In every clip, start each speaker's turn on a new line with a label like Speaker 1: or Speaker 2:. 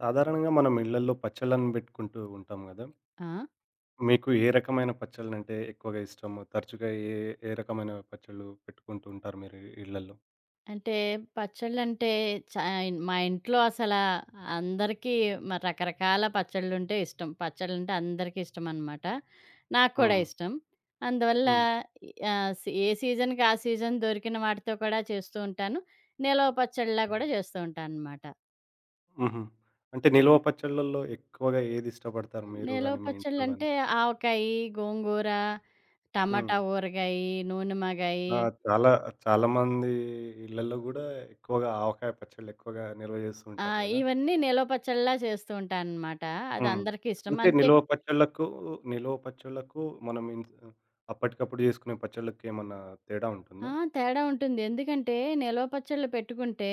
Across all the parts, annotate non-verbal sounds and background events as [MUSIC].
Speaker 1: సాధారణంగా మనం ఇళ్ళల్లో పచ్చళ్ళను పెట్టుకుంటూ ఉంటాం గదా!
Speaker 2: ఆ!
Speaker 1: మీకు ఏ రకమైన పచ్చళ్ళంటే ఎక్కువగా ఇష్టము? తరచుగా ఏ ఏ రకమైన పచ్చళ్ళు పెట్టుకుంటూ ఉంటారు మీరు ఇళ్ళల్లో?
Speaker 2: అంటే పచ్చళ్ళంటే చా మా ఇంట్లో అందరికీ రకరకాల పచ్చళ్ళుంటే ఇష్టం. పచ్చళ్ళంటే అందరికీ ఇష్టమనమాట. నాకు కూడా
Speaker 1: హ్మ్.
Speaker 2: ఇష్టం. అందువల్ల
Speaker 1: హ్మ్.
Speaker 2: ఈ సి ఏ సీజన్‌కి ఆ సీజన్ దొరికిన వాటితో కూడా చేస్తూ ఉంటాను. నిలవ పచ్చడిలా కూడా చేస్తూ ఉంటాననమాట.
Speaker 1: హుహు. అంటే నిల్వ పచ్చళ్ళల్లో ఎక్కువగా ఏది ఇష్టపడతారు మీరు
Speaker 2: నిలవ
Speaker 1: గాని, మీ ఇంట్లో గాని?
Speaker 2: పచ్చళ్ళంటే ఆవకాయి, గోంగూర,
Speaker 1: హ్మ్.
Speaker 2: టమాటా ఊరగాయి, నూనె మాగాయి
Speaker 1: ఆ! చాలా చాలామంది ఇళ్ళల్లో గూడా ఎక్కువగా ఆవకాయ పచ్చళ్ళు ఎక్కువగా నిల్వ జేస్తూ ఉంటారు గదా!
Speaker 2: ఇవన్నీ నిలవ పచ్చడిలా చేస్తూ ఉంటాననమాట. అది
Speaker 1: హ్మ్.
Speaker 2: అందరికీ ఇష్టం.
Speaker 1: అంటే
Speaker 2: అంటే
Speaker 1: నిల్వ పచ్చళ్ళకు మనం అప్పటికప్పుడు జేసుకునే పచ్చళ్ళకి ఏమన్నా తేడా
Speaker 2: ఆ!
Speaker 1: ఉంటుందా?
Speaker 2: తేడా ఉంటుంది. ఎందుకంటే, నిలవ పచ్చళ్ళు పెట్టుకుంటే,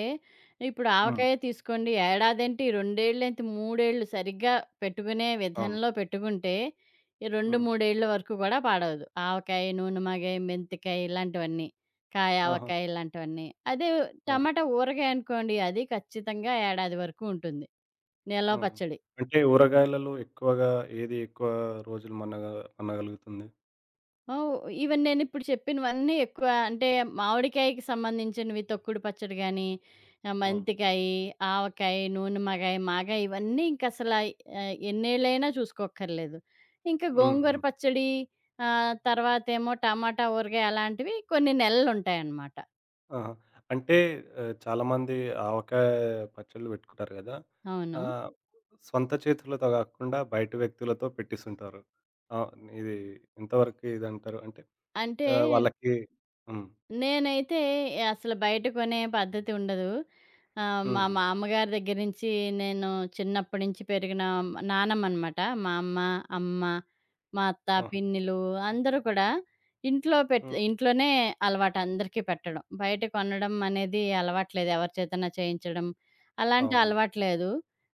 Speaker 2: ఇప్పుడు
Speaker 1: హ్మ్.
Speaker 2: ఆవకాయే తీసుకోండి ఏడాదేంటి, 2 ఏళ్లేంటి, 3 ఏళ్ళు సరిగ్గా పెట్టుకునే విధంలో
Speaker 1: అవును.
Speaker 2: పెట్టుకుంటే, ఈ 2,
Speaker 1: హ్మ్.
Speaker 2: 3 ఏళ్ల వరకు కూడా పాడవదు. ఆవకాయ, నూనెమాగాయ, మెంతికాయ ఇలాంటివన్నీ. కాయ
Speaker 1: ఆహా!
Speaker 2: ఆవకాయ ఇలాంటివన్నీ. అదే
Speaker 1: అవును.
Speaker 2: టమాటా ఊరగాయ అనుకోండి, అది ఖచ్చితంగా ఏడాది వరకు ఉంటుంది. నిలవ
Speaker 1: ఆహా!
Speaker 2: పచ్చడి.
Speaker 1: అంటే ఊరగాయలలో ఎక్కువగా ఏది ఎక్కువ రోజులు మన్నగలుగుతుంది?
Speaker 2: ఆ! ఓ ఈవెన్ నేనిప్పుడు చెప్పినవన్నీ ఎక్కువ అంటే మామిడికాయకి సంబంధించినవి తొక్కుడు పచ్చడి గాని,
Speaker 1: అవును.
Speaker 2: మెంతికాయి, ఆవకాయి, నూనెమకాయ, మాగాయి ఇవన్నీ ఎన్నేళ్ళైనా చూసుకోక్కర్లేదు. ఇంకా
Speaker 1: హ్మ్.
Speaker 2: గోంగూర
Speaker 1: హ్మ్.
Speaker 2: పచ్చడి తర్వాతేమో టమాటా, ఊరగాయ అలాంటివి కొన్ని నెలలుంటాయన్నమాట.
Speaker 1: ఆహా! అంటే చాలామంది ఆవకాయ పచ్చళ్ళు పెట్టుకుంటారు గదా!
Speaker 2: అవును.
Speaker 1: ఆహ్, సొంత చేతులతో గాకుండా బయట వ్యక్తులతో పెట్టిస్తుంటారు. ఆహ్, ఇది ఎంతవరకు ఇదంటారు? అంటే
Speaker 2: అంటే
Speaker 1: వాళ్ళకి హ్మ్.
Speaker 2: నేనైతే అసలు బయట కొనే పద్ధతి ఉండదు. మా
Speaker 1: హ్మ్.
Speaker 2: మామ్మగారి దగ్గర నుంచి నేను చిన్నప్పటి నుంచి పెరిగిన నానమ్మనమాట. మా అమ్మ, అమ్మ, మా అత్త,
Speaker 1: ఆహా!
Speaker 2: పిన్నిలు అందరూ కూడా
Speaker 1: హ్మ్.
Speaker 2: ఇంట్లోనే అలవాటు అందరికీ పెట్టడం. బయట కొనడం అనేది అలవాట్లేదు. ఎవరి చేతనా చేయించడం అలాంటి
Speaker 1: అవును.
Speaker 2: అలవాట్లేదు.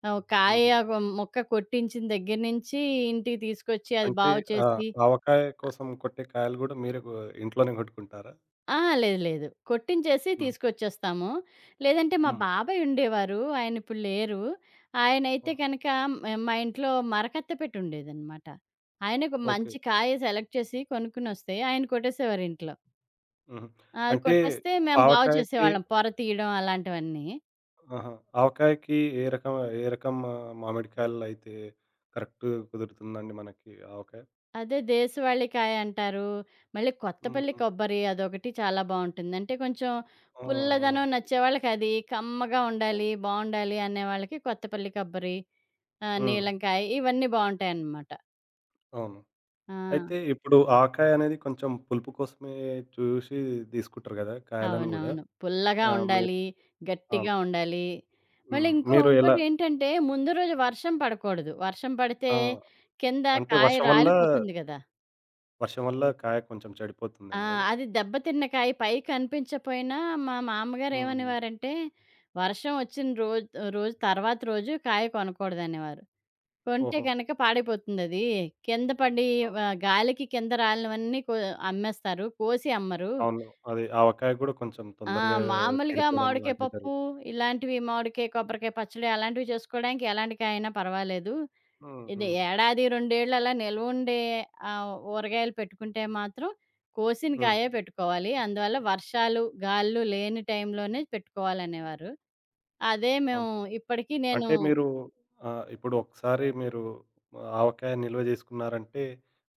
Speaker 2: కాయ
Speaker 1: హుహు.
Speaker 2: ఒక మొక్క కొట్టించిన దగ్గర నుంచి ఇంటికి తీసుకొచ్చి అది
Speaker 1: అంటే
Speaker 2: బాగు
Speaker 1: ఆహ్,
Speaker 2: చేసి
Speaker 1: ఆవకాయ కోసం కొట్టే కాయలు గూడా మీరే ఇంట్లోనే గొట్టుకుంటారా?
Speaker 2: ఆ! లేదు. లేదు. కొట్టించేసి
Speaker 1: హ్మ్.
Speaker 2: తీసుకొచ్చేస్తాము. లేదంటే మా
Speaker 1: హ్మ్.
Speaker 2: బాబాయ్ ఉండేవారు. ఆయనిప్పుడు లేరు. ఆయనైతే
Speaker 1: ఓహ్!
Speaker 2: కనుక మా ఇంట్లో మరకత్త పెట్టి ఉండేదనమాట. ఆయనకు
Speaker 1: ఓకే.
Speaker 2: మంచి కాయ సెలెక్ట్ చేసి కొనుక్కునొస్తే ఆయన కొట్టేసేవారు ఇంట్లో.
Speaker 1: హుహు.
Speaker 2: అది
Speaker 1: అంటే
Speaker 2: కొట్టేస్తే మేము బాగు
Speaker 1: ఆవకాయకి
Speaker 2: చేసేవాళ్ళం. పొర తీయడం అలాంటివన్నీ.
Speaker 1: ఆహా! ఆవకాయకి ఏ రకం మామిడికాయలైతే కరెక్ట్ కుదురుతుందండి మనకి ఆవకాయ?
Speaker 2: అదే దేశవాళీ కాయ అంటారు. మళ్ళీ
Speaker 1: హ్మ్.
Speaker 2: కొత్తపల్లి
Speaker 1: హ్మ్.
Speaker 2: కొబ్బరి అదొకటి చాలా బావుంటుంది. అంటే కొంచెం
Speaker 1: ఆ! ఆ!
Speaker 2: పుల్లదనం నచ్చేవాళ్ళకది, కమ్మగా
Speaker 1: అవును.
Speaker 2: ఉండాలి, బావుండాలి అనేవాళ్ళకి కొత్తపల్లి కొబ్బరి. ఆ!
Speaker 1: హ్మ్.
Speaker 2: నీలంకాయి ఇవన్నీ బావుంటాయన్నమాట.
Speaker 1: అవును.
Speaker 2: ఆ!
Speaker 1: అయితే ఇప్పుడు ఆవకాయ అనేది కొంచెం పులుపు కోసమే చూసి తీసుకుంటారు గదా! కాయలను గూడా.
Speaker 2: అవునవును. పుల్లగా
Speaker 1: ఆ! మీరు
Speaker 2: ఉండాలి,
Speaker 1: అవును.
Speaker 2: గట్టిగా ఉండాలి. మళ్ళీ
Speaker 1: హ్మ్.
Speaker 2: ఇంకో
Speaker 1: మీరు ఎలా
Speaker 2: ఇంకోటేంటంటే ముందు రోజు వర్షం పడకూడదు. వర్షం పడితే
Speaker 1: ఆ!
Speaker 2: కింద
Speaker 1: అంటే
Speaker 2: కాయ
Speaker 1: వర్షం వల్ల
Speaker 2: రాలిపోతుంది గదా!
Speaker 1: వర్షం వల్ల కాయ కొంచెం
Speaker 2: ఆ!
Speaker 1: చెడిపోతుందేమో గదా!
Speaker 2: అది దెబ్బతిన్న కాయ పై కనిపించపోయినా మా మామ్మగారు
Speaker 1: హ్మ్.
Speaker 2: ఏమనేవారంటే, "వర్షం వచ్చిన రోజు తర్వాత రోజు కాయ కొనకూడదనేవారు. కొంటే
Speaker 1: ఓహో!
Speaker 2: గనక పాడైపోతుందది. కింద పడి
Speaker 1: ఆ!
Speaker 2: గాలికి కింద రాలినవన్నీ అమ్మేస్తారు. కోసి అమ్మరు.
Speaker 1: అవును. అది ఆవకాయ గూడా కొంచెం
Speaker 2: ఆ!
Speaker 1: తొందరగా
Speaker 2: మామూలుగా
Speaker 1: చెడిపోవడం
Speaker 2: మామిడికాయ
Speaker 1: లాంటివి
Speaker 2: పప్పు,
Speaker 1: జరుగుతుంది.
Speaker 2: ఇలాంటివి మామిడికాయ, కొబ్బరికాయ పచ్చడి అలాంటివి చేసుకోవడానికి ఎలాంటి కాయైనా పర్వాలేదు.
Speaker 1: హ్మ్.
Speaker 2: ఇది
Speaker 1: హ్మ్.
Speaker 2: ఏడాది, 2 ఏళ్ళు అలా నిల్వుండే ఊరగాయలు పెట్టుకుంటే మాత్రం కోసిన
Speaker 1: హ్మ్.
Speaker 2: కాయే పెట్టుకోవాలి. అందువల్ల వర్షాలు, గాలులు లేని టైంలోనే పెట్టుకోవాలనేవారు. అదే మేము
Speaker 1: అవును.
Speaker 2: ఇప్పటికి నేను
Speaker 1: అంటే మీరు ఇప్పుడు ఒకసారి మీరు ఆవకాయ నిల్వ జేసుకున్నారంటే,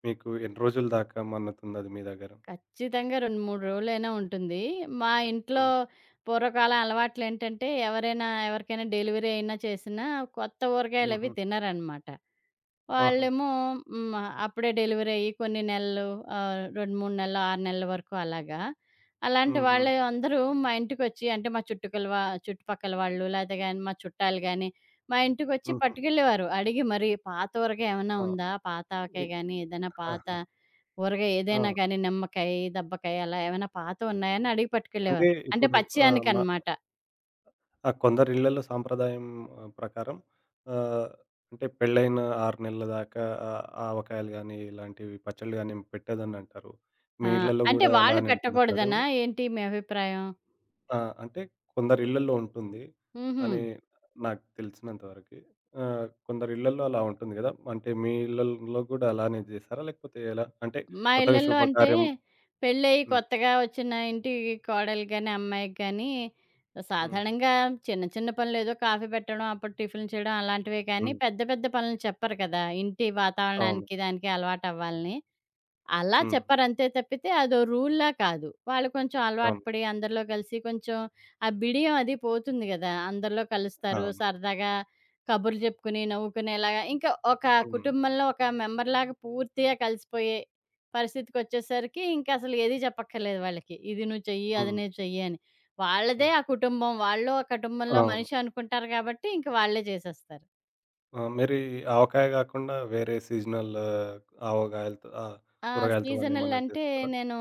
Speaker 1: మీకు ఎన్ని రోజుల దాకా మన్నుతుందది మీ దగ్గర?
Speaker 2: ఖచ్చితంగా 2, 3 రోజులైనా ఉంటుంది. మా ఇంట్లో
Speaker 1: హ్మ్.
Speaker 2: పూర్వకాలం అలవాట్లేంటంటే ఎవరైనా ఎవరికైనా డెలివరీ అయినా చేసినా కొత్త ఊరగాయలవి
Speaker 1: హుహు.
Speaker 2: తినరనమాట.
Speaker 1: ఆహా!
Speaker 2: వాళ్ళేమో హ్మ్. అప్పుడే డెలివరీ అయ్యి కొన్ని నెలలు 2, 3 నెలలు, 6 నెలల వరకు అలాగా. అలాంటి
Speaker 1: హ్మ్. హ్మ్.
Speaker 2: వాళ్ళే అందరూ మా ఇంటికొచ్చి అంటే మా చుట్టుకల వా చుట్టుపక్కల వాళ్ళు లేతే గాని మా చుట్టాలు గాని, మా ఇంటికొచ్చి
Speaker 1: హుహు.
Speaker 2: పట్టుకెళ్ళేవారు. అడిగి మరి పాత ఊరగాయ ఏమన్నా
Speaker 1: ఆ!
Speaker 2: ఉందా? పాత ఆవకాయ
Speaker 1: ఇ
Speaker 2: గాని, ఏదైనా పాత
Speaker 1: ఆహా!
Speaker 2: ఊరగాయ
Speaker 1: ఆ!
Speaker 2: ఏదైనా కానీ నిమ్మకాయ, దబ్బకాయ అలా ఏమైనా పాతవి ఉన్నాయని అడిగి
Speaker 1: అంటే
Speaker 2: పట్టుకెళ్ళేవారు. అంటే
Speaker 1: ఇప్పుడు ఆహ్, మ
Speaker 2: పచ్చేయనికనమాట.
Speaker 1: ఆ! కొందరి ఇళ్ళల్లో సాంప్రదాయం ప్రకారం ఆహ్, అంటే పెళ్ళైన 6 నెలల దాకా ఆవకాయలు గానీ, ఇలాంటివి పచ్చళ్ళు గానీ పెట్టొద్దనంటారు.
Speaker 2: ఆ!
Speaker 1: మీ ఇళ్ళల్లో
Speaker 2: అంటే
Speaker 1: గూడా
Speaker 2: వాళ్ళు
Speaker 1: అలానే ఉంటుందా
Speaker 2: పెట్టకూడదనా
Speaker 1: సహజంగా?
Speaker 2: ఏంటి మీ అభిప్రాయం?
Speaker 1: ఆ! అంటే కొందరి ఇళ్ళల్లో ఉంటుంది
Speaker 2: హుహు.
Speaker 1: అని నాకు తెలిసినంత వరకి. కొందరి ఇళ్ళల్లో అలా ఉంటుంది గదా! అంటే మీ ఇళ్ళల్లో గూడా అలానే జేసారా? లేకపోతే ఎలా? అంటే
Speaker 2: మా
Speaker 1: కొత్తగా
Speaker 2: ఇళ్ళల్లో అంటే
Speaker 1: శుభకార్యం
Speaker 2: పెళ్ళయి
Speaker 1: హ్మ్.
Speaker 2: కొత్తగా వచ్చిన ఇంటి కోడలికి గాని, అమ్మాయికి గాని
Speaker 1: హ్మ్.
Speaker 2: సాధారణంగా చిన్న, చిన్న పనులేదో కాఫీ పెట్టడం, అప్పుడు టిఫిన్‌లు చేయడం అలాంటివే కానీ
Speaker 1: హ్మ్.
Speaker 2: పెద్ద, పెద్ద పనులు చెప్పరు కదా! ఇంటి
Speaker 1: అవును.
Speaker 2: వాతావరణానికి దానికి అలవాటవ్వాలని. అలా
Speaker 1: హ్మ్.
Speaker 2: చెప్పారంతే తప్పితే అదో రూల్‌లా కాదు. వాళ్ళు కొంచెం అలవాటు
Speaker 1: అవును.
Speaker 2: పడి అందరిలో కలిసి కొంచెం ఆ బిడియం అది పోతుంది గదా! అందరిలో కలుస్తారు.
Speaker 1: అవును.
Speaker 2: సరదాగా కబుర్లు చెప్పుకుని, నవ్వుకునేలాగా ఇంకా ఒక
Speaker 1: హ్మ్.
Speaker 2: కుటుంబంలో ఒక మెంబర్‌లాగా పూర్తిగా కలిసిపోయే పరిస్థితికొచ్చేసరికి ఇంకా అసలు ఏది చెప్పక్కర్లేదు వాళ్ళకి. ఇది నువ్వు చెయ్యి, అది
Speaker 1: హ్మ్.
Speaker 2: నువ్వు చెయ్యి అని. వాళ్ళదే
Speaker 1: అవును.
Speaker 2: ఆ కుటుంబం. వాళ్ళు ఆ కుటుంబంలో
Speaker 1: అవును.
Speaker 2: మనిషి అనుకుంటారు కాబట్టి ఇంక వాళ్ళే చేసేస్తారు.
Speaker 1: ఆ! మరి ఈ ఆవకాయ గాకుండా వేరే సీజనల్ ఆవకాయలతో ఆ!
Speaker 2: ఆ!
Speaker 1: కూరగాయలతో గాని
Speaker 2: సీజనల్
Speaker 1: ఏమన్నా
Speaker 2: అంటే
Speaker 1: చేస్తారా?
Speaker 2: నేను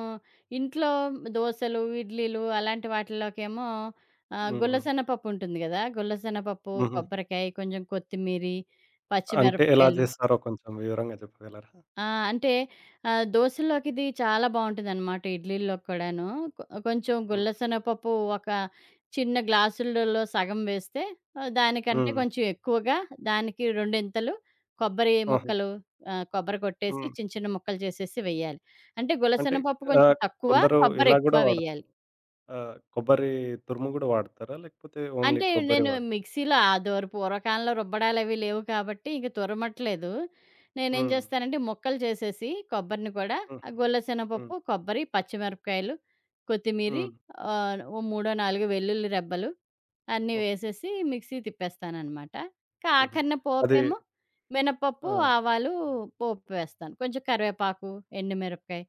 Speaker 2: ఇంట్లో దోసలు, ఇడ్లీలు అలాంటి వాటిలోకేమో
Speaker 1: హ్మ్. హ్మ్.
Speaker 2: గుల్లసెనగపప్పు ఉంటుంది గదా! గుల్లసెనగపప్పు,
Speaker 1: హుహు.
Speaker 2: కొబ్బరికాయ, కొంచెం కొత్తిమీరి,
Speaker 1: అంటే ఎలా
Speaker 2: పచ్చిమిరపకాయలు
Speaker 1: జేస్తారో కొంచెం వివరంగా చెప్పగలరా?
Speaker 2: ఆ! అంటే దోసల్లోకిది చాలా బావుంటుందనమాట. ఇడ్లీల్లోకి కూడాను. కొంచెం గుల్ల
Speaker 1: హ్మ్.
Speaker 2: శనగపప్పు ఒక చిన్న గ్లాసులలో సగం వేస్తే దానికంటే
Speaker 1: హ్మ్.
Speaker 2: కొంచెం ఎక్కువగా దానికి రెండింతలు కొబ్బరి
Speaker 1: ఆహా!
Speaker 2: ముక్కలు కొబ్బరి కొట్టేసి
Speaker 1: హ్మ్.
Speaker 2: చిన్న చిన్న ముక్కలు చేసేసి వెయ్యాలి. అంటే గుల్ల
Speaker 1: అంటే
Speaker 2: శనగపప్పు కొంచెం
Speaker 1: ఆహ్,
Speaker 2: తక్కువ,
Speaker 1: కొందరు
Speaker 2: కొబ్బరి
Speaker 1: ఇలా గూడా
Speaker 2: ఎక్కువ
Speaker 1: వాడతారు.
Speaker 2: వెయ్యాలి.
Speaker 1: కొబ్బరి తురుము గూడా వాడతారా? లేకపోతే ఓన్లీ
Speaker 2: అంటే
Speaker 1: కొబ్బరే
Speaker 2: నేను
Speaker 1: వాడ
Speaker 2: మిక్సీలో ఆదోరు పూర్వకాలంలో రుబ్బడాలవి లేవు కాబట్టి ఇంక తురమట్లేదు. నేనేం
Speaker 1: హ్మ్.
Speaker 2: చేస్తానంటే ముక్కలు చేసేసి కొబ్బరిని కూడా
Speaker 1: హ్మ్.
Speaker 2: ఆ గొల్ల
Speaker 1: హ్మ్.
Speaker 2: శనగపప్పు, కొబ్బరి, పచ్చిమిరపకాయలు, కొత్తిమీరి
Speaker 1: హ్మ్.
Speaker 2: ఓ మూడో, నాలుగో వెల్లుల్లి రెబ్బలు అన్నీ
Speaker 1: ఓకే.
Speaker 2: వేసేసి మిక్సీ తిప్పేస్తాననమాట. ఇంకా
Speaker 1: హుహు.
Speaker 2: ఆఖరిన
Speaker 1: అది
Speaker 2: పోపేమో మినపప్పు,
Speaker 1: ఆ!
Speaker 2: ఆవాలు పోపు వేస్తాను. కొంచెం కరివేపాకు, ఎండుమిరపకాయ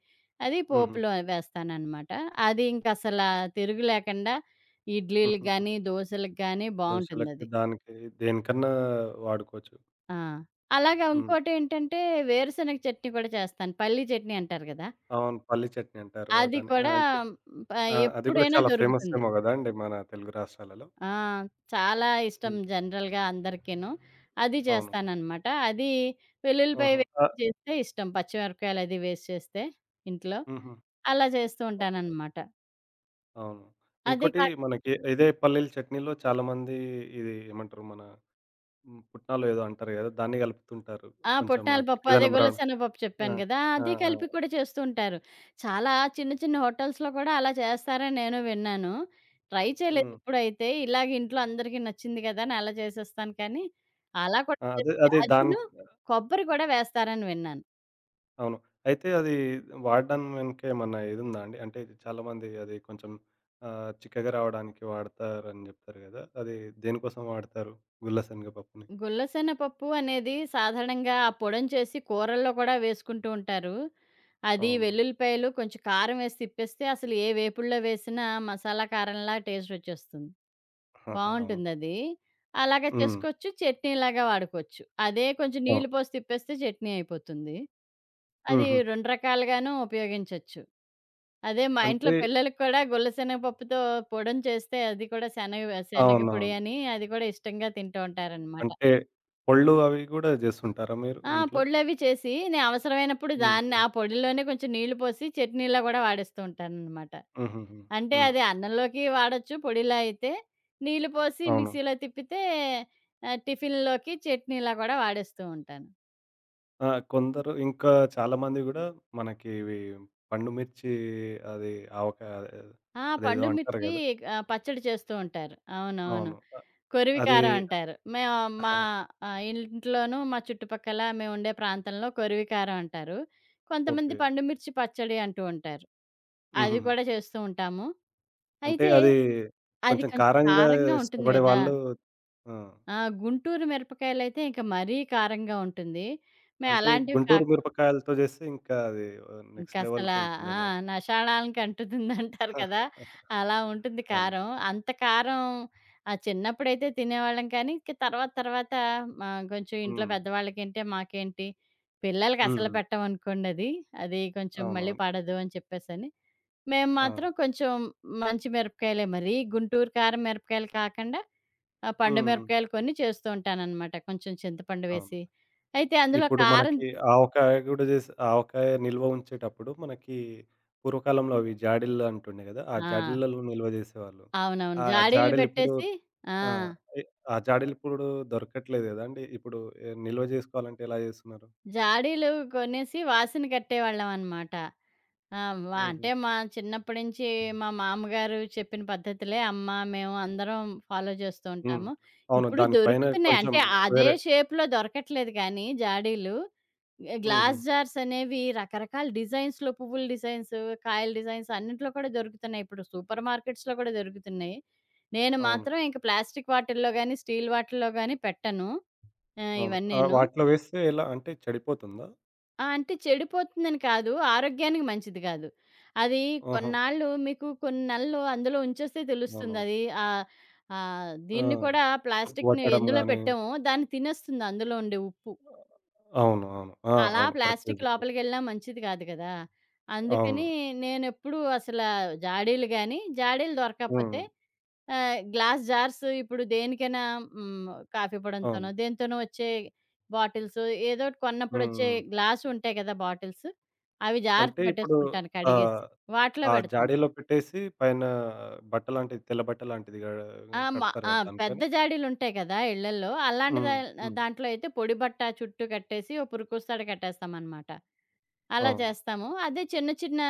Speaker 2: అది
Speaker 1: హుహు.
Speaker 2: పోపులో వేస్తాననమాట. అది తిరుగు లేకుండా ఇడ్లీలకి
Speaker 1: హుహుహు.
Speaker 2: గానీ, దోసలకి గానీ
Speaker 1: దోసలకి,
Speaker 2: బావుంటుందది.
Speaker 1: దానికి దేనికన్నా వాడుకోవచ్చు.
Speaker 2: ఆ! అలాగా
Speaker 1: హ్మ్.
Speaker 2: ఇంకోటేంటంటే వేరుశనగ చట్నీ కూడా చేస్తాను. పల్లీ చట్నీ అంటారు గదా!
Speaker 1: అవును. పల్లి చట్నీ అంటారు.
Speaker 2: అది
Speaker 1: దాన్ని
Speaker 2: కూడా
Speaker 1: అంటే
Speaker 2: మ్, ప
Speaker 1: ఆ! అది గూడా
Speaker 2: ఎప్పుడైనా
Speaker 1: చాలా ఫేమస్
Speaker 2: దొరుకుతుంది.
Speaker 1: ఏమో గదండీ మన తెలుగు రాష్ట్రాలలో.
Speaker 2: ఆ! చాలా ఇష్టం
Speaker 1: హ్మ్.
Speaker 2: జనరల్‌గా అందరికీను. అది
Speaker 1: అవును.
Speaker 2: చేస్తాననమాట. అది వెల్లుల్లిపాయ
Speaker 1: ఆహా!
Speaker 2: వేసి
Speaker 1: ఆహ్,
Speaker 2: చేస్తే ఇష్టం. పచ్చిమిరపకాయలది వేసి చేస్తే ఇంట్లో
Speaker 1: హుహు.
Speaker 2: అలా చేస్తూ ఉంటాననమాట.
Speaker 1: అవును.
Speaker 2: అదే
Speaker 1: ఇంకోటి
Speaker 2: కా
Speaker 1: మనకి ఇదే పల్లీల చట్నీలో చాలామంది ఇది ఏమంటారు మన హ్మ్, పుట్నాలో ఏదో అంటారు గదా! దాన్ని గలుపుతుంటారు.
Speaker 2: ఆ!
Speaker 1: కొంచెం
Speaker 2: పుట్నాల పప్పు అదే
Speaker 1: చిక్కదనం రావడం
Speaker 2: గుల్లశెన పప్పు
Speaker 1: ఆ!
Speaker 2: చెప్పాను గదా!
Speaker 1: ఆ!
Speaker 2: అది
Speaker 1: ఆ!
Speaker 2: కలిపి కూడా చేస్తూ ఉంటారు. చాలా చిన్న చిన్న హోటల్స్‌లో కూడా అలా చేస్తారని నేను విన్నాను. ట్రై చేయలేదు
Speaker 1: హ్మ్.
Speaker 2: ఎప్పుడైతే. ఇలాగ ఇంట్లో అందరికీ నచ్చింది కదా! అని అలా చేసేస్తాను కానీ, అలా కూడా
Speaker 1: ఆ! అదే
Speaker 2: చేస్తే
Speaker 1: అదే దాని
Speaker 2: అదిను కొబ్బరి కూడా వేస్తారని విన్నాను.
Speaker 1: అవును. అయితే అది వాడడం వెనుక ఏమన్నా ఇదుందా అండి? అంటే చాలామంది అది కొంచెం చిక్కగా రావడానికి వాడతారని జెప్తారు గదా! అది దేనికోసం వాడతారు? గుల్ల శనగపప్పుని.
Speaker 2: గుల్లశెన పప్పు అనేది సాధారణంగా ఆ పొడిని చేసి కూరల్లో కూడా వేసుకుంటూ ఉంటారు. అది
Speaker 1: అవును.
Speaker 2: వెల్లుల్లిపాయలు కొంచెం కారం వేసి తిప్పేస్తే అసలు ఏ వేపుడులో వేసినా మసాలా కారంలా టేస్ట్ వచ్చేస్తుంది.
Speaker 1: ఆహా! అవును.
Speaker 2: బావుంటుందది. అలాగా
Speaker 1: హ్మ్.
Speaker 2: చేసుకోవచ్చు. చట్నీలాగా వాడుకోవచ్చు. అదే కొంచెం
Speaker 1: అవును.
Speaker 2: నీళ్లు పోసి తిప్పేస్తే చట్నీ అయిపోతుంది. అది
Speaker 1: హుహు.
Speaker 2: 2 రకాలుగాను ఉపయోగించొచ్చు. అదే మా ఇంట్లో
Speaker 1: అంటే
Speaker 2: పిల్లలకి కూడా గుల్లశెనగ పప్పుతో పొడిని చేస్తే అది కూడా శనగ శనగ పొడి
Speaker 1: అవునవును.
Speaker 2: అని అది కూడా ఇష్టంగా తింటూ ఉంటారనమాట.
Speaker 1: అంటే పొళ్ళు అవి గూడా జేస్తుంటారా మీరు
Speaker 2: ఆ!
Speaker 1: ఇంట్లో?
Speaker 2: పొడులవి చేసి నేను అవసరమైనప్పుడు
Speaker 1: హ్మ్.
Speaker 2: దాన్ని ఆ
Speaker 1: హ్మ్.
Speaker 2: పొడిలోనే కొంచెం నీళ్లు పోసి చట్నీలా గూడా వాడేస్తూ ఉంటాననమాట.
Speaker 1: హుహుహు.
Speaker 2: అంటే
Speaker 1: హ్మ్.
Speaker 2: అది అన్నంలోకి వాడొచ్చు పొడిలా అయితే. నీళ్లు పోసి
Speaker 1: అవును.
Speaker 2: మిక్సీలో తిప్పితే టిఫిన్‌లోకి చట్నీలా కూడా వాడేస్తూ ఉంటాను.
Speaker 1: ఆ! కొందరు ఇంకా చాలామంది గూడా మనకి ఇవి పండు మిర్చి అది ఆవకాయ అదే-
Speaker 2: ఆ!
Speaker 1: అదేదో
Speaker 2: పండు
Speaker 1: అంటారు
Speaker 2: మిర్చి
Speaker 1: గదా!
Speaker 2: పచ్చడి చేస్తూ ఉంటారు. అవునవును.
Speaker 1: అవును. అది
Speaker 2: కొరివికారం అంటారు. మేము మా
Speaker 1: ఆహా!
Speaker 2: ఇంట్లోనూ మా చుట్టుపక్కల మేముండే ప్రాంతంలో కొరివికారం అంటారు. కొంతమంది
Speaker 1: ఓకే.
Speaker 2: పండు మిర్చి పచ్చడి అంటూ ఉంటారు. అది
Speaker 1: హుహుహు.
Speaker 2: కూడా చేస్తూ ఉంటాము.
Speaker 1: అంటే
Speaker 2: అయితే
Speaker 1: అది
Speaker 2: అది
Speaker 1: కొంచెం
Speaker 2: కొంచెం
Speaker 1: కారంగా
Speaker 2: కారంగా ఉంటుంది
Speaker 1: ఇష్టపడే
Speaker 2: గదా!
Speaker 1: వాళ్ళు ఆ!
Speaker 2: ఆ! గుంటూరు మిరపకాయలైతే ఇంక మరీ కారంగా ఉంటుంది. మేము
Speaker 1: అంటే
Speaker 2: అలాంటివి కాక
Speaker 1: గుంటూరు మిరపకాయలతో జేస్తే ఇంకా అది నెక్స్ట్
Speaker 2: ఇంకసలా ఆ!
Speaker 1: లెవెల్‌కుంటుందేమో అది.
Speaker 2: నషాణానికి అంటుతుందంటారు కదా!
Speaker 1: [LAUGHS]
Speaker 2: అలా ఉంటుంది
Speaker 1: అవును.
Speaker 2: కారం. అంత కారం ఆ! చిన్నప్పుడైతే తినేవాళ్ళం కానీ, ఇంక తర్వాత తర్వాత మా కొంచెం ఇంట్లో
Speaker 1: హ్మ్.
Speaker 2: పెద్దవాళ్ళకేంటి, మాకేంటి
Speaker 1: హ్మ్.
Speaker 2: పిల్లలకసలు
Speaker 1: హ్మ్.
Speaker 2: పెట్టమనుకోండది. అది అది కొంచెం మళ్ళీ
Speaker 1: అవునవును.
Speaker 2: పడదు అని చెప్పేసని. మేము
Speaker 1: ఆ!
Speaker 2: మాత్రం కొంచెం మంచి మిరపకాయలే మరీ గుంటూరు కారం మిరపకాయలు కాకుండా ఆ! పండు
Speaker 1: హ్మ్.
Speaker 2: మిరపకాయలు కొన్ని చేస్తూ ఉంటాననమాట. కొంచెం చింతపండు
Speaker 1: అవును.
Speaker 2: వేసి. అయితే అందులో
Speaker 1: ఇప్పుడు
Speaker 2: కారం
Speaker 1: మనకి ఆవకాయ గూడా జేసి ఆవకాయ నిల్వ ఉంచేటప్పుడు మనకి పూర్వకాలంలో అవి జాడీలు అంటుండే గదా! ఆ
Speaker 2: ఆ!
Speaker 1: జాడీలలో నిల్వ జేసేవాళ్ళు.
Speaker 2: అవునవును.
Speaker 1: ఆ
Speaker 2: జాడీలు
Speaker 1: జాడీలిప్పుడు
Speaker 2: పెట్టేసి ఆ!
Speaker 1: ఆ! ఎ ఆ జాడీలిప్పుడు దొరకట్లేదు గదండీ! ఇప్పుడు నిల్వ జేసుకోవాలంటే ఎలా జేస్తున్నారు?
Speaker 2: జాడీలు కొనేసి వాసన కట్టేవాళ్ళమనమాట. ఆ! మా
Speaker 1: హుహు.
Speaker 2: అంటే మా చిన్నప్పటి నుంచి మా మామగారు చెప్పిన పద్ధతులే అమ్మ, మేము అందరం ఫాలో చేస్తూ
Speaker 1: హ్మ్.
Speaker 2: ఉంటాము.
Speaker 1: అవును.
Speaker 2: ఇప్పుడు
Speaker 1: దాని పైన
Speaker 2: దొరుకుతున్నాయి.
Speaker 1: కొంచెం
Speaker 2: అంటే అదే
Speaker 1: వేరే
Speaker 2: షేప్‌లో దొరకట్లేదు కానీ జాడీలు. ఎ
Speaker 1: హుహు.
Speaker 2: గ్లాస్ జార్స్ అనేవి రకరకాల డిజైన్స్‌లో పువ్వుల డిజైన్స్, కాయల డిజైన్స్ అన్నిట్లో కూడా దొరుకుతున్నాయి. ఇప్పుడు సూపర్ మార్కెట్స్‌లో కూడా దొరుకుతున్నాయి. నేను
Speaker 1: అవును.
Speaker 2: మాత్రం ఇంక ప్లాస్టిక్ వాటిల్లో గానీ, స్టీల్ వాటిల్లో గానీ పెట్టను.
Speaker 1: అవును.
Speaker 2: ఇవన్నీను.
Speaker 1: వాటిలో వేస్తే ఎలా అంటే చెడిపోతుందా?
Speaker 2: ఆ! అంటే చెడిపోతుందని కాదు. ఆరోగ్యానికి మంచిది కాదు. అది
Speaker 1: ఆహా!
Speaker 2: కొన్నాళ్ళు మీకు కొన్ని నెలలు అందులో ఉంచేస్తే తెలుస్తుంది.
Speaker 1: అవును.
Speaker 2: అది ఆహ్,
Speaker 1: ఆ!
Speaker 2: దీన్ని కూడా
Speaker 1: తుప్పు
Speaker 2: ప్లాస్టిక్‌ని
Speaker 1: పట్టడం
Speaker 2: ఎందులో
Speaker 1: గాని
Speaker 2: పెట్టామో దాన్ని తినేస్తుంది అందులో ఉండే ఉప్పు.
Speaker 1: అవును. అవును. ఆ!
Speaker 2: అలా
Speaker 1: అవును. కరెక్ట్‌గా
Speaker 2: ప్లాస్టిక్
Speaker 1: జెప్పారు.
Speaker 2: లోపలికెళ్ళినా మంచిది కాదు కదా! అందుకని
Speaker 1: అవును.
Speaker 2: నేనెప్పుడూ జాడీలు గాని, జాడీలు
Speaker 1: హ్మ్.
Speaker 2: దొరకకపోతే గ్లాస్ జార్స్ ఇప్పుడు దేనికైనా హ్మ్. కాఫీ పొడంతోనో,
Speaker 1: అవును.
Speaker 2: దేనితోనో వచ్చే బాటిల్స్ ఏదోటి కొన్నప్పుడొచ్చే
Speaker 1: హ్మ్.
Speaker 2: గ్లాసుంటాయి కదా! బాటిల్స్. అవి జాగ్రత్త
Speaker 1: అంటే ఇప్పుడు
Speaker 2: పెట్టేసుకుంటాను కడిగేసి.
Speaker 1: ఆహ్,
Speaker 2: వాటిలో
Speaker 1: ఆ
Speaker 2: పెడతాను.
Speaker 1: జాడీలో పెట్టేసి పైన బట్ట లాంటిది, తెల్ల బట్ట లాంటిది గా
Speaker 2: ఆ!
Speaker 1: కడతారు
Speaker 2: ఆ!
Speaker 1: కదా! దానిపైన?
Speaker 2: పెద్ద జాడీలుంటాయి కదా! ఇళ్ళల్లో. అలాంటి దా
Speaker 1: హ్మ్. హ్మ్.
Speaker 2: దాంట్లో అయితే పొడి బట్ట చుట్టూ కట్టేసి ఓ పురుకుస్తాడ కట్టేస్తామనమాట. అలా
Speaker 1: అవును.
Speaker 2: చేస్తాము. అదే చిన్న చిన్న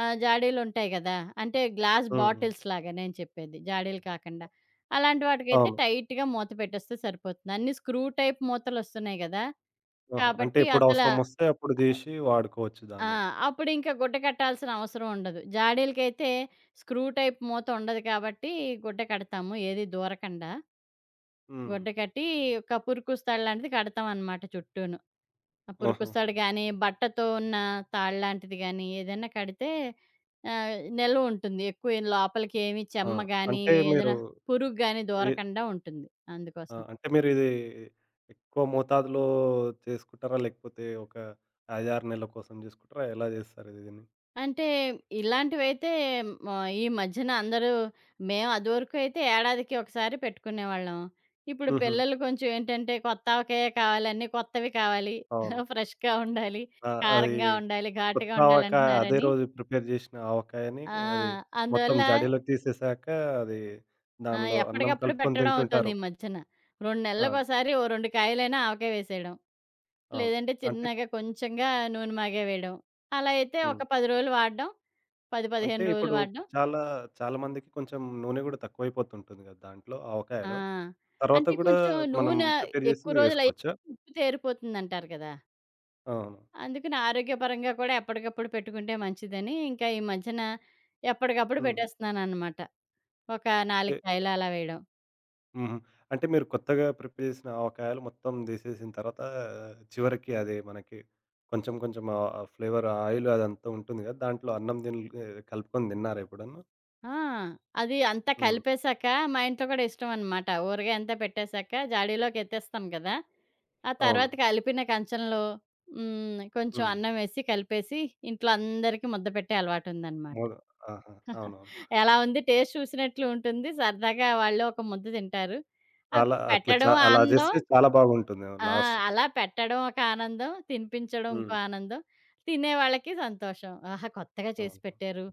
Speaker 2: జాడీలుంటాయి కదా! అంటే గ్లాస్
Speaker 1: హ్మ్.
Speaker 2: బాటిల్స్ లాగా నేను చెప్పేది. జాడీలు కాకుండా. అలాంటి వాటికైతే
Speaker 1: అవును.
Speaker 2: టైట్‌గా మూత పెట్టేస్తే సరిపోతుంది. అన్ని స్క్రూ టైప్ మూతలొస్తున్నాయి కదా!
Speaker 1: ఆహా! అంటే
Speaker 2: కాబట్టి
Speaker 1: ఎప్పుడవసరమొస్తే అప్పుడు తీసి వాడుకోవచ్చు
Speaker 2: ఆ!
Speaker 1: దాన్ని.
Speaker 2: అప్పుడింక గుడ్డ కట్టాల్సిన అవసరం ఉండదు. జాడీలకైతే స్క్రూ టైప్ మూత ఉండదు కాబట్టి గుడ్డ కడతాము ఏది దూరకండా.
Speaker 1: హ్మ్.
Speaker 2: గుడ్డ కట్టి ఒక పురుకుస్తాడు లాంటిది కడతామనమాట చుట్టూను. ఆ
Speaker 1: ఆహా!
Speaker 2: పురుకుస్తాడు గానీ, బట్టతో ఉన్న తాడు లాంటిది గానీ, ఏదైనా కడితే ఆహ్, నిల్వ ఉంటుంది. ఎక్కువ లోపలికేమి
Speaker 1: ఆ!
Speaker 2: చెమ్మ గానీ,
Speaker 1: అంటే మీరు
Speaker 2: ఏదైనా పురుగు గానీ
Speaker 1: ఎ
Speaker 2: దూరకండా ఉంటుంది
Speaker 1: ఆ!
Speaker 2: అందుకోసం.
Speaker 1: అంటే మీరిది ఎక్కువ మోతాదులో చేసుకుంటారా? లేకపోతే ఒక 5, 6 నెలల కోసం చేసుకుంటారా? ఎలా చేస్తారు ఇది దీన్ని?
Speaker 2: అంటే ఇలాంటివైతే మ ఈ మధ్యన అందరూ మేము అదివరకు అయితే ఏడాదికి ఒకసారి పెట్టుకునేవాళ్ళం. ఇప్పుడు
Speaker 1: హుహు.
Speaker 2: పిల్లలు కొంచెం ఏంటంటే కొత్త ఆవకాయే కావాలి, అన్నీ కొత్తవి కావాలి,
Speaker 1: అవును.
Speaker 2: [LAUGHS] ఫ్రెష్‌గా ఉండాలి,
Speaker 1: ఆ! అది
Speaker 2: కారంగా ఉండాలి, ఘాటుగా
Speaker 1: కొత్త ఆవకాయ అదే
Speaker 2: ఉండాలంటున్నారని
Speaker 1: రోజు ప్రిపేర్ జేసిన ఆవకాయని
Speaker 2: ఆ!
Speaker 1: అది మొత్తం
Speaker 2: అందువల్ల
Speaker 1: జాడీలోకి తీసేసాక అది
Speaker 2: ఆ!
Speaker 1: దానిలో అన్నం
Speaker 2: ఎప్పటికప్పుడు
Speaker 1: కలుపుకొని
Speaker 2: పెట్టడం అవుతుంది
Speaker 1: తింటుంటారు.
Speaker 2: ఈ మధ్యన. 2
Speaker 1: ఆ!
Speaker 2: నెలలకోసారి ఓ 2 కాయలైనా ఆవకాయ వేసేయడం.
Speaker 1: అవును.
Speaker 2: లేదంటే
Speaker 1: అంటే
Speaker 2: చిన్నగా కొంచెంగా నూనె మాగే వేయడం. అలా అయితే
Speaker 1: హ్మ్.
Speaker 2: ఒక 10 రోజులు వాడడం, 10,
Speaker 1: అంటే
Speaker 2: 15 రోజులు
Speaker 1: ఇప్పుడు
Speaker 2: వాడడం.
Speaker 1: చాలా చాలా మందికి కొంచెం నూనె గూడా తక్కువైపోతుంటుంది గదా! దాంట్లో
Speaker 2: ఆ!
Speaker 1: ఆవకాయలో. తర్వాత
Speaker 2: అంటే
Speaker 1: గూడా
Speaker 2: కొంచెం
Speaker 1: మనం
Speaker 2: నూనె
Speaker 1: ప్రిపేర్ జేసి
Speaker 2: ఎక్కువ
Speaker 1: వేసుకోవచ్చా?
Speaker 2: రోజులయ్యేసరికి ఉప్పు తేరిపోతుందంటారు కదా!
Speaker 1: అవును.
Speaker 2: అందుకని ఆరోగ్యపరంగా కూడా ఎప్పటికప్పుడు పెట్టుకుంటే మంచిదని, ఇంకా ఈ మధ్యన ఎప్పటికప్పుడు
Speaker 1: హ్మ్.
Speaker 2: పెట్టేస్తున్నాననమాట. ఒక 4 కాయలు అలా వేయడం.
Speaker 1: హుహు. అంటే మీరు కొత్తగా ప్రిప్ చేసిన ఆవకాయలు మొత్తం తీసేసిన తర్వాత ఆ, చివరికి అది మనకి కొంచెం కొంచెం ఆ ఆ ఫ్లేవర్ ఆయిల్ అదంతా ఉంటుంది కదా! దాంట్లో అన్నం తిన్ కలుపుకొని తిన్నారా ఎప్పుడన్నా?
Speaker 2: ఆ! అది అంతా
Speaker 1: హ్మ్.
Speaker 2: కలిపేసాక మా ఇంట్లో కూడా ఇష్టమనమాట. ఊరగాయ అంతా పెట్టేసాక జాడీలోకి ఎత్తేస్తాం కదా! ఆ
Speaker 1: అవును.
Speaker 2: తర్వాత కలిపిన కంచంలో కొంచెం
Speaker 1: హ్మ్.
Speaker 2: అన్నం వేసి కలిపేసి ఇంట్లో అందరికీ ముద్ద పెట్టే అలవాటుందనమాట.
Speaker 1: మొద ఆహా! అవునవును.
Speaker 2: ఎలా ఉంది టేస్ట్ చూసినట్లు ఉంటుంది. సరదాగా వాళ్ళు ఒక ముద్ద తింటారు. అవి
Speaker 1: చాలా అట్లా చ
Speaker 2: పెట్టడం
Speaker 1: అలా
Speaker 2: ఆనందం
Speaker 1: చేస్తే చాలా బాగుంటుంది.
Speaker 2: ఆ!
Speaker 1: లాస్ట్‌కి.
Speaker 2: అలా పెట్టడం ఒక ఆనందం, తినిపించడం ఇంకో
Speaker 1: హ్మ్.
Speaker 2: ఆనందం. తినేవాళ్ళకి సంతోషం. ఆహా! కొత్తగా
Speaker 1: [LAUGHS]
Speaker 2: చేసి
Speaker 1: అవును.
Speaker 2: పెట్టారు.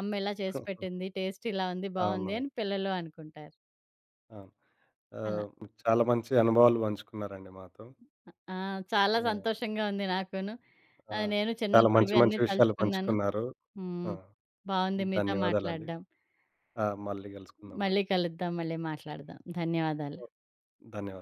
Speaker 2: అమ్మ ఇలా చేసి పెట్టింది. టేస్ట్ ఇలా ఉంది. బావుంది
Speaker 1: అవునవును.
Speaker 2: అని పిల్లలు అనుకుంటారు.
Speaker 1: అవును.
Speaker 2: అలా.
Speaker 1: ఆహ్, చాలా మంచి అనుభవాలు పంచుకున్నారండి మాతో.
Speaker 2: ఆ! చాలా
Speaker 1: ఆ!
Speaker 2: సంతోషంగా ఉంది నాకును.
Speaker 1: ఆ!
Speaker 2: నేను
Speaker 1: చాలా మంచి
Speaker 2: చిన్నప్పుడివి అన్నీ
Speaker 1: మంచి విషయాలు
Speaker 2: తలుచుకున్నాను.
Speaker 1: పంచుకున్నారు. ఆ!
Speaker 2: హ్మ్. బావుంది మీతో
Speaker 1: ధన్యవాదాలండి.
Speaker 2: మాట్లాడడం.
Speaker 1: ఆ! మళ్ళీ
Speaker 2: మళ్ళీ
Speaker 1: గలుసుకుందామండి.
Speaker 2: కలుద్దాం. మళ్ళీ మాట్లాడదాం. ధన్యవాదాలు.
Speaker 1: ధన్యవాదాలు.